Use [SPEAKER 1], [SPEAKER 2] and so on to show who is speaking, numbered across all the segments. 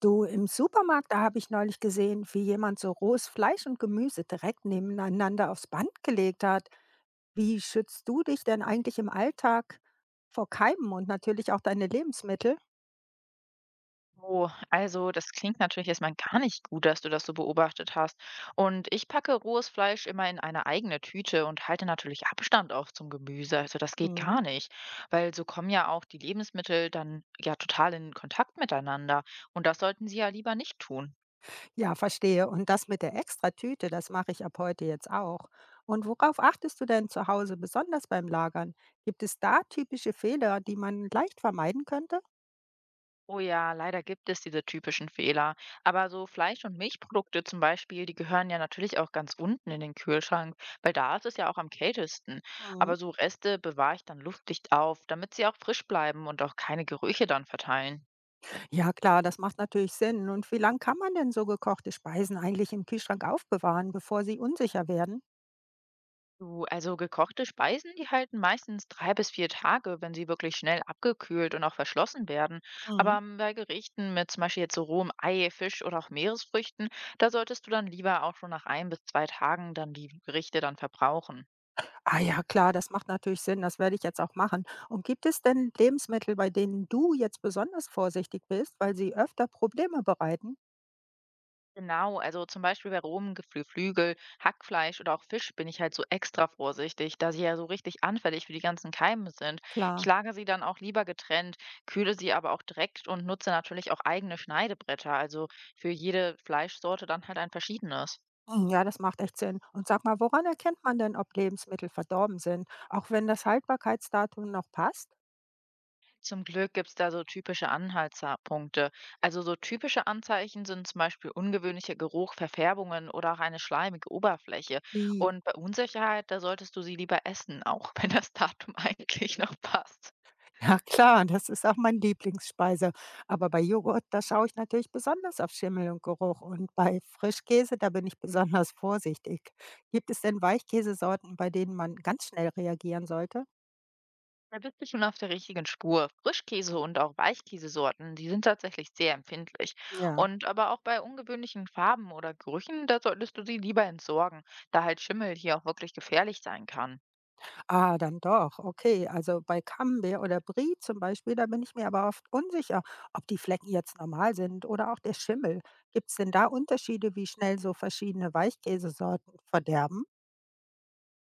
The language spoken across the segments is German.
[SPEAKER 1] Du, im Supermarkt, da habe ich neulich gesehen, wie jemand so rohes Fleisch und Gemüse direkt nebeneinander aufs Band gelegt hat. Wie schützt du dich denn eigentlich im Alltag vor Keimen und natürlich auch deine Lebensmittel?
[SPEAKER 2] Oh, also das klingt natürlich erstmal gar nicht gut, dass du das so beobachtet hast. Und ich packe rohes Fleisch immer in eine eigene Tüte und halte natürlich Abstand auch zum Gemüse. Also das geht
[SPEAKER 1] Mhm.
[SPEAKER 2] gar nicht, weil so kommen ja auch die Lebensmittel dann ja total in Kontakt miteinander. Und das sollten sie ja lieber nicht tun.
[SPEAKER 1] Ja, verstehe. Und das mit der Extratüte, das mache ich ab heute jetzt auch. Und worauf achtest du denn zu Hause besonders beim Lagern? Gibt es da typische Fehler, die man leicht vermeiden könnte?
[SPEAKER 2] Oh ja, leider gibt es diese typischen Fehler. Aber so Fleisch- und Milchprodukte zum Beispiel, die gehören ja natürlich auch ganz unten in den Kühlschrank, weil da ist es ja auch am kältesten.
[SPEAKER 1] Mhm.
[SPEAKER 2] Aber so Reste bewahre ich dann luftdicht auf, damit sie auch frisch bleiben und auch keine Gerüche dann verteilen.
[SPEAKER 1] Ja klar, das macht natürlich Sinn. Und wie lange kann man denn so gekochte Speisen eigentlich im Kühlschrank aufbewahren, bevor sie unsicher werden?
[SPEAKER 2] Du, also gekochte Speisen, die halten meistens 3 bis 4 Tage, wenn sie wirklich schnell abgekühlt und auch verschlossen werden. Aber
[SPEAKER 1] Mhm.
[SPEAKER 2] bei Gerichten mit zum Beispiel jetzt so rohem Ei, Fisch oder auch Meeresfrüchten, da solltest du dann lieber auch schon nach 1 bis 2 Tagen dann die Gerichte dann verbrauchen.
[SPEAKER 1] Ah ja, klar, das macht natürlich Sinn. Das werde ich jetzt auch machen. Und gibt es denn Lebensmittel, bei denen du jetzt besonders vorsichtig bist, weil sie öfter Probleme bereiten?
[SPEAKER 2] Genau, also zum Beispiel bei rohem Flügel, Hackfleisch oder auch Fisch bin ich halt so extra vorsichtig, da sie ja so richtig anfällig für die ganzen Keime sind. Ich
[SPEAKER 1] Klar.
[SPEAKER 2] lagere sie dann auch lieber getrennt, kühle sie aber auch direkt und nutze natürlich auch eigene Schneidebretter, also für jede Fleischsorte dann halt ein verschiedenes.
[SPEAKER 1] Hm, ja, das macht echt Sinn. Und sag mal, woran erkennt man denn, ob Lebensmittel verdorben sind, auch wenn das Haltbarkeitsdatum noch passt?
[SPEAKER 2] Zum Glück gibt es da so typische Anhaltspunkte. Also so typische Anzeichen sind zum Beispiel ungewöhnlicher Geruch, Verfärbungen oder auch eine schleimige Oberfläche.
[SPEAKER 1] I.
[SPEAKER 2] Und bei Unsicherheit, da solltest du sie lieber essen, auch wenn das Datum eigentlich noch passt.
[SPEAKER 1] Ja klar, das ist auch mein Lieblingsspeise. Aber bei Joghurt, da schaue ich natürlich besonders auf Schimmel und Geruch. Und bei Frischkäse, da bin ich besonders vorsichtig. Gibt es denn Weichkäsesorten, bei denen man ganz schnell reagieren sollte?
[SPEAKER 2] Da bist du schon auf der richtigen Spur. Frischkäse und auch Weichkäsesorten, die sind tatsächlich sehr empfindlich.
[SPEAKER 1] Ja.
[SPEAKER 2] Und aber auch bei ungewöhnlichen Farben oder Gerüchen, da solltest du sie lieber entsorgen, da halt Schimmel hier auch wirklich gefährlich sein kann.
[SPEAKER 1] Ah, dann doch. Okay, also bei Camembert oder Brie zum Beispiel, da bin ich mir aber oft unsicher, ob die Flecken jetzt normal sind oder auch der Schimmel. Gibt es denn da Unterschiede, wie schnell so verschiedene Weichkäsesorten verderben?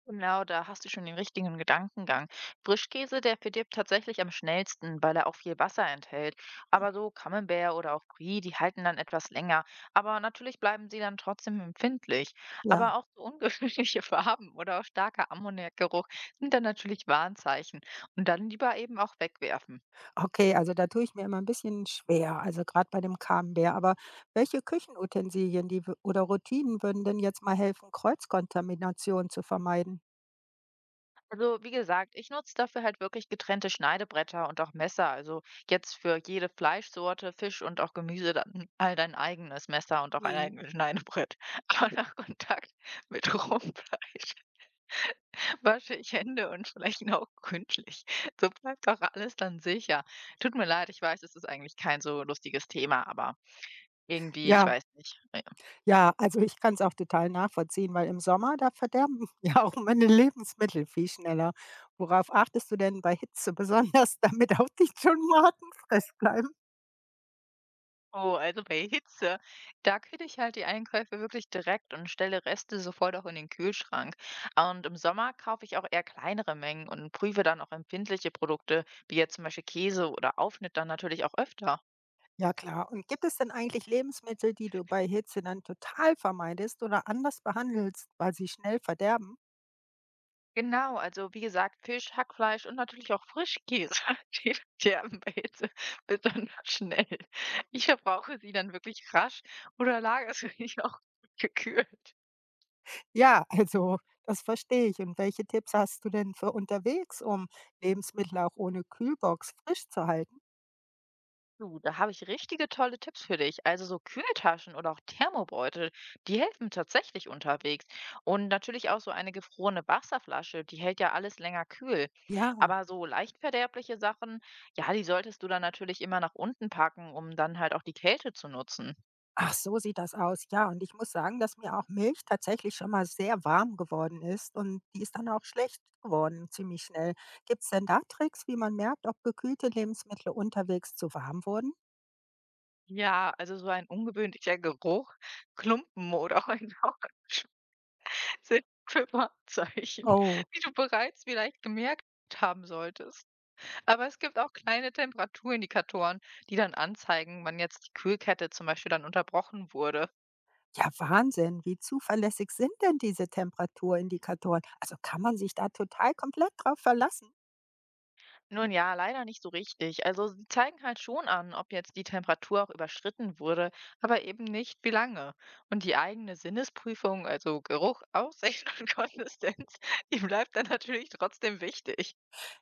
[SPEAKER 2] Genau, da hast du schon den richtigen Gedankengang. Frischkäse, der verdirbt tatsächlich am schnellsten, weil er auch viel Wasser enthält. Aber so Camembert oder auch Brie, die halten dann etwas länger. Aber natürlich bleiben sie dann trotzdem empfindlich.
[SPEAKER 1] Ja.
[SPEAKER 2] Aber auch so ungewöhnliche Farben oder auch starker Ammoniakgeruch sind dann natürlich Warnzeichen. Und dann lieber eben auch wegwerfen.
[SPEAKER 1] Okay, also da tue ich mir immer ein bisschen schwer, also gerade bei dem Camembert. Aber welche Küchenutensilien, die wü oder Routinen würden denn jetzt mal helfen, Kreuzkontamination zu vermeiden?
[SPEAKER 2] Also, wie gesagt, ich nutze dafür halt wirklich getrennte Schneidebretter und auch Messer. Also jetzt für jede Fleischsorte, Fisch und auch Gemüse dann halt ein eigenes Messer und auch ein
[SPEAKER 1] Mhm.
[SPEAKER 2] eigenes Schneidebrett. Aber nach Kontakt mit rohem Fleisch wasche ich Hände und vielleicht auch gründlich. So bleibt auch alles dann sicher. Tut mir leid, ich weiß, es ist eigentlich kein so lustiges Thema, aber irgendwie, ich
[SPEAKER 1] Ja,
[SPEAKER 2] weiß nicht.
[SPEAKER 1] ja, also ich kann es auch total nachvollziehen, weil im Sommer, da verderben ja auch meine Lebensmittel viel schneller. Worauf achtest du denn bei Hitze besonders, damit auch die Tomaten frisch bleiben?
[SPEAKER 2] Oh, also bei Hitze, da kühle ich halt die Einkäufe wirklich direkt und stelle Reste sofort auch in den Kühlschrank. Und im Sommer kaufe ich auch eher kleinere Mengen und prüfe dann auch empfindliche Produkte, wie jetzt zum Beispiel Käse oder Aufschnitt dann natürlich auch öfter.
[SPEAKER 1] Ja klar. Und gibt es denn eigentlich Lebensmittel, die du bei Hitze dann total vermeidest oder anders behandelst, weil sie schnell verderben?
[SPEAKER 2] Genau, also wie gesagt, Fisch, Hackfleisch und natürlich auch Frischkäse, die verderben bei Hitze besonders schnell. Ich verbrauche sie dann wirklich rasch oder lagere sie auch gekühlt.
[SPEAKER 1] Ja, also das verstehe ich. Und welche Tipps hast du denn für unterwegs, um Lebensmittel auch ohne Kühlbox frisch zu halten?
[SPEAKER 2] Du, da habe ich richtige tolle Tipps für dich. Also so Kühltaschen oder auch Thermobeutel, die helfen tatsächlich unterwegs. Und natürlich auch so eine gefrorene Wasserflasche, die hält ja alles länger kühl.
[SPEAKER 1] Ja,
[SPEAKER 2] Aber so leicht verderbliche Sachen, ja, die solltest du dann natürlich immer nach unten packen, um dann halt auch die Kälte zu nutzen.
[SPEAKER 1] ach, so sieht das aus. Ja, und ich muss sagen, dass mir auch Milch tatsächlich schon mal sehr warm geworden ist und die ist dann auch schlecht geworden, ziemlich schnell. Gibt es denn da Tricks, wie man merkt, ob gekühlte Lebensmittel unterwegs zu warm wurden?
[SPEAKER 2] Ja, also so ein ungewöhnlicher Geruch, Klumpen oder auch ein Rauch sind für Warnzeichen,
[SPEAKER 1] Oh,
[SPEAKER 2] die du bereits vielleicht gemerkt haben solltest. Aber es gibt auch kleine Temperaturindikatoren, die dann anzeigen, wann jetzt die Kühlkette zum Beispiel dann unterbrochen wurde.
[SPEAKER 1] ja, Wahnsinn. Wie zuverlässig sind denn diese Temperaturindikatoren? Also kann man sich da total komplett drauf verlassen?
[SPEAKER 2] Nun ja, leider nicht so richtig. Also sie zeigen halt schon an, ob jetzt die Temperatur auch überschritten wurde, aber eben nicht wie lange. Und die eigene Sinnesprüfung, also Geruch, Aussicht und Konsistenz, die bleibt dann natürlich trotzdem wichtig.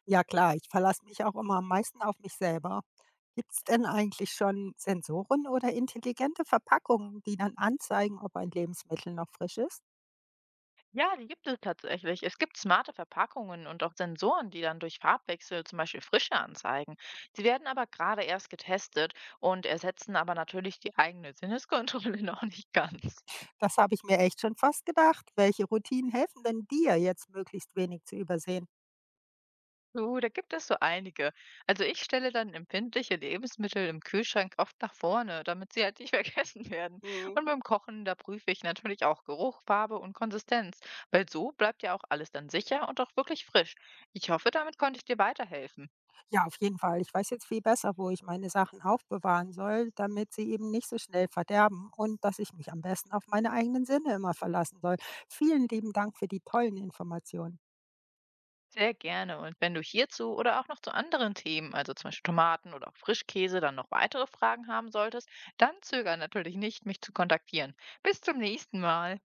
[SPEAKER 1] Ja klar, ich verlasse mich auch immer am meisten auf mich selber. Gibt's denn eigentlich schon Sensoren oder intelligente Verpackungen, die dann anzeigen, ob ein Lebensmittel noch frisch ist?
[SPEAKER 2] Ja, die gibt es tatsächlich. Es gibt smarte Verpackungen und auch Sensoren, die dann durch Farbwechsel zum Beispiel Frische anzeigen. Sie werden aber gerade erst getestet und ersetzen aber natürlich die eigene Sinneskontrolle noch nicht ganz.
[SPEAKER 1] Das habe ich mir echt schon fast gedacht. Welche Routinen helfen denn dir jetzt möglichst wenig zu übersehen?
[SPEAKER 2] So, da gibt es so einige. Also ich stelle dann empfindliche Lebensmittel im Kühlschrank oft nach vorne, damit sie halt nicht vergessen werden.
[SPEAKER 1] Hm.
[SPEAKER 2] Und beim Kochen, da prüfe ich natürlich auch Geruch, Farbe und Konsistenz, weil so bleibt ja auch alles dann sicher und auch wirklich frisch. Ich hoffe, damit konnte ich dir weiterhelfen.
[SPEAKER 1] Ja, auf jeden Fall. Ich weiß jetzt viel besser, wo ich meine Sachen aufbewahren soll, damit sie eben nicht so schnell verderben und dass ich mich am besten auf meine eigenen Sinne immer verlassen soll. Vielen lieben Dank für die tollen Informationen.
[SPEAKER 2] Sehr gerne. Und wenn du hierzu oder auch noch zu anderen Themen, also zum Beispiel Tomaten oder auch Frischkäse, dann noch weitere Fragen haben solltest, dann zögere natürlich nicht, mich zu kontaktieren. Bis zum nächsten Mal.